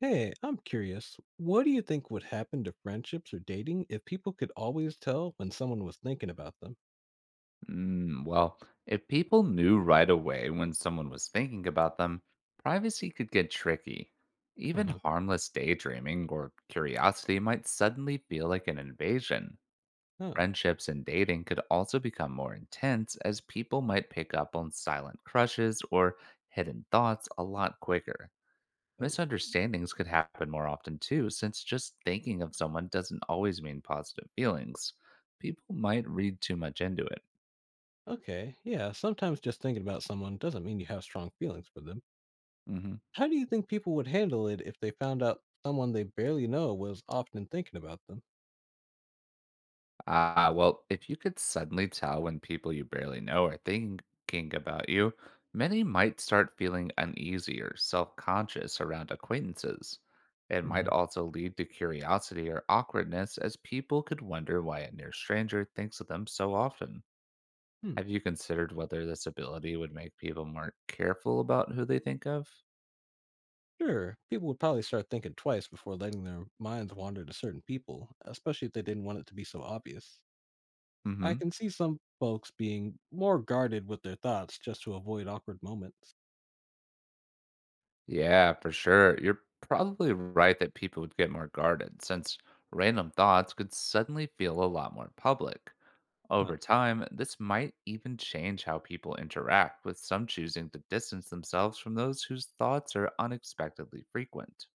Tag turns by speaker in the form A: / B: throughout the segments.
A: Hey, I'm curious. What do you think would happen to friendships or dating if people could always tell when someone was thinking about them?
B: Mm, well, if people knew right away when someone was thinking about them, privacy could get tricky. Even
A: Uh-huh.
B: harmless daydreaming or curiosity might suddenly feel like an invasion.
A: Huh.
B: Friendships and dating could also become more intense as people might pick up on silent crushes or hidden thoughts a lot quicker.
A: Oh,
B: Misunderstandings could happen more often too, since just thinking of someone doesn't always mean positive feelings. People might read too much into it.
A: okay. Yeah, sometimes just thinking about someone doesn't mean you have strong feelings for them.
B: Mhm.
A: How do you think people would handle it if they found out someone they barely know was often thinking about them?
B: Well, if you could suddenly tell when people you barely know are thinking about you, many might start feeling uneasy or self conscious around acquaintances. It might
A: Hmm.
B: also lead to curiosity or awkwardness, as people could wonder why a near stranger thinks of them so often.
A: Hmm.
B: Have you considered whether this ability would make people more careful about who they think of?
A: Sure, people would probably start thinking twice before letting their minds wander to certain people, especially if they didn't want it to be so obvious.
B: Mm
A: I
B: hmm.
A: can see some folks being more guarded with their thoughts just to avoid awkward moments.
B: Yeah, for sure. You're probably right that people would get more guarded since random thoughts could suddenly feel a lot more public.
A: Huh.
B: Over time, this might even change how people interact, with some choosing to distance themselves from those whose thoughts are unexpectedly frequent.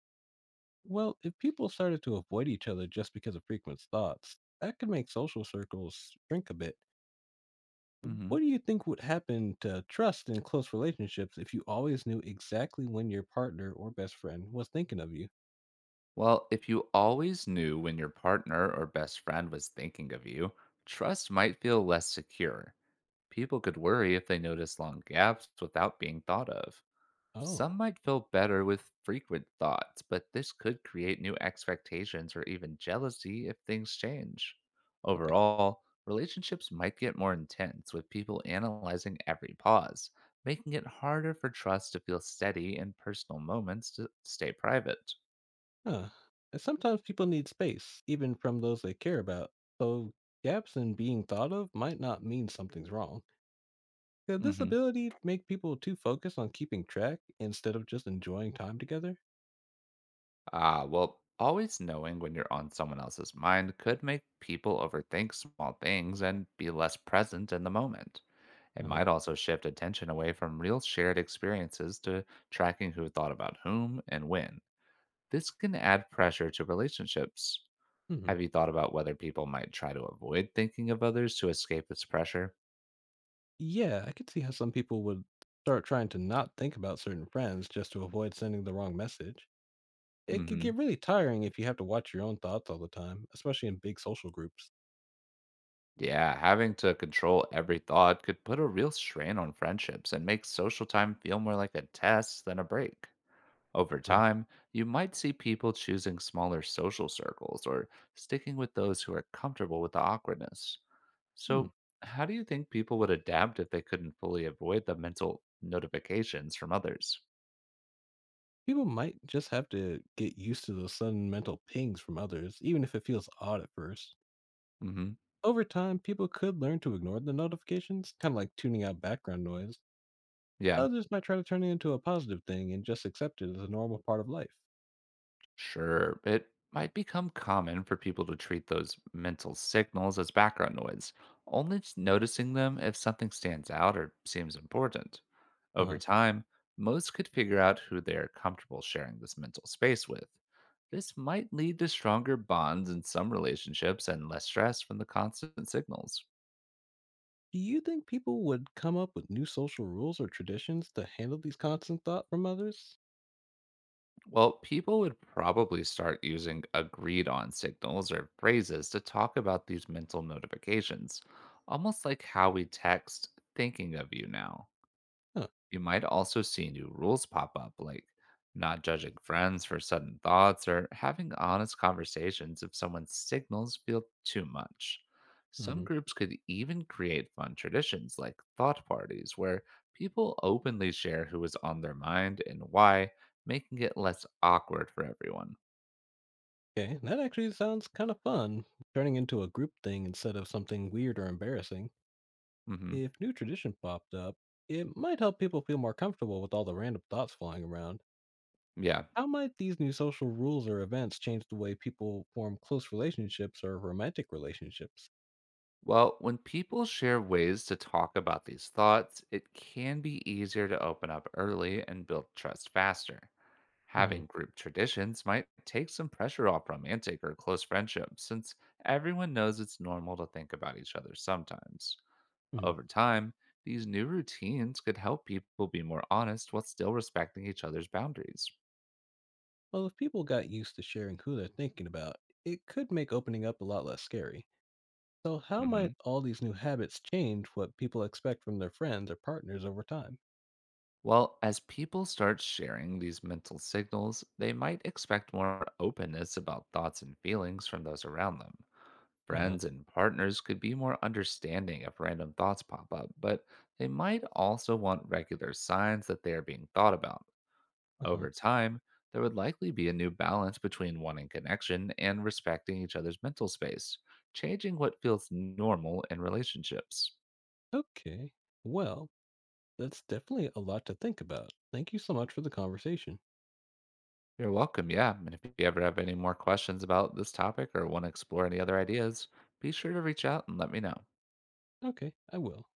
A: Well, if people started to avoid each other just because of frequent thoughts, that could make social circles shrink a bit. What
B: Hmm.
A: do you think would happen to trust in close relationships if you always knew exactly when your partner or best friend was thinking of you?
B: Well, if you always knew when your partner or best friend was thinking of you, trust might feel less secure. People could worry if they noticed long gaps without being thought of.
A: Oh,
B: Some might feel better with frequent thoughts, but this could create new expectations or even jealousy if things change.
A: okay.
B: Overall, relationships might get more intense with people analyzing every pause, making it harder for trust to feel steady and personal moments to stay private.
A: Huh. And sometimes people need space, even from those they care about, so gaps in being thought of might not mean something's wrong. Could this
B: hmm
A: ability make people too focused on keeping track instead of just enjoying time together?
B: Well, always knowing when you're on someone else's mind could make people overthink small things and be less present in the moment. It
A: Uh huh.
B: might also shift attention away from real shared experiences to tracking who thought about whom and when. This can add pressure to relationships.
A: Hmm.
B: Have you thought about whether people might try to avoid thinking of others to escape this pressure?
A: Yeah, I could see how some people would start trying to not think about certain friends just to avoid sending the wrong message. It could
B: Hmm.
A: get really tiring if you have to watch your own thoughts all the time, especially in big social groups.
B: Yeah, having to control every thought could put a real strain on friendships and make social time feel more like a test than a break. Over
A: Uh,
B: time, you might see people choosing smaller social circles or sticking with those who are comfortable with the awkwardness.
A: hmm.
B: So, how do you think people would adapt if they couldn't fully avoid the mental notifications from others?
A: People might just have to get used to the sudden mental pings from others, even if it feels odd at first.
B: hmm
A: Over time, people could learn to ignore the notifications, kind of like tuning out background noise.
B: Yeah,
A: Others might try to turn it into a positive thing and just accept it as a normal part of life.
B: sure. It might become common for people to treat those mental signals as background noise, only noticing them if something stands out or seems important. Over
A: Uh,
B: time, most could figure out who they are comfortable sharing this mental space with. This might lead to stronger bonds in some relationships and less stress from the constant signals.
A: do you think people would come up with new social rules or traditions to handle these constant thought from others?
B: Well, people would probably start using agreed on signals or phrases to talk about these mental notifications, almost like how we text thinking of you now.
A: Huh.
B: You might also see new rules pop up, like not judging friends for sudden thoughts or having honest conversations if someone's signals feel too much. Some
A: Hmm.
B: groups could even create fun traditions like thought parties, where people openly share who is on their mind and why, making it less awkward for everyone.
A: Okay, that actually sounds kind of fun, turning into a group thing instead of something weird or embarrassing.
B: Hmm.
A: If new tradition popped up, it might help people feel more comfortable with all the random thoughts flying around.
B: Yeah.
A: How might these new social rules or events change the way people form close relationships or romantic relationships?
B: Well, when people share ways to talk about these thoughts, it can be easier to open up early and build trust faster.
A: Hmm.
B: Having group traditions might take some pressure off romantic or close friendships since everyone knows it's normal to think about each other sometimes. Over time, these new routines could help people be more honest while still respecting each other's boundaries.
A: Well, if people got used to sharing who they're thinking about, it could make opening up a lot less scary. So, how might all these new habits change what people expect from their friends or partners over time?
B: Well, as people start sharing these mental signals, they might expect more openness about thoughts and feelings from those around them.
A: Uh huh.
B: Friends and partners could be more understanding if random thoughts pop up, but they might also want regular signs that they are being thought about.
A: Uh huh.
B: Over time, there would likely be a new balance between wanting connection and respecting each other's mental space, changing what feels normal in relationships.
A: Okay. Well, that's definitely a lot to think about. Thank you so much for the conversation.
B: You're welcome. Yeah. And if you ever have any more questions about this topic or want to explore any other ideas, be sure to reach out and let me know.
A: Okay, I will.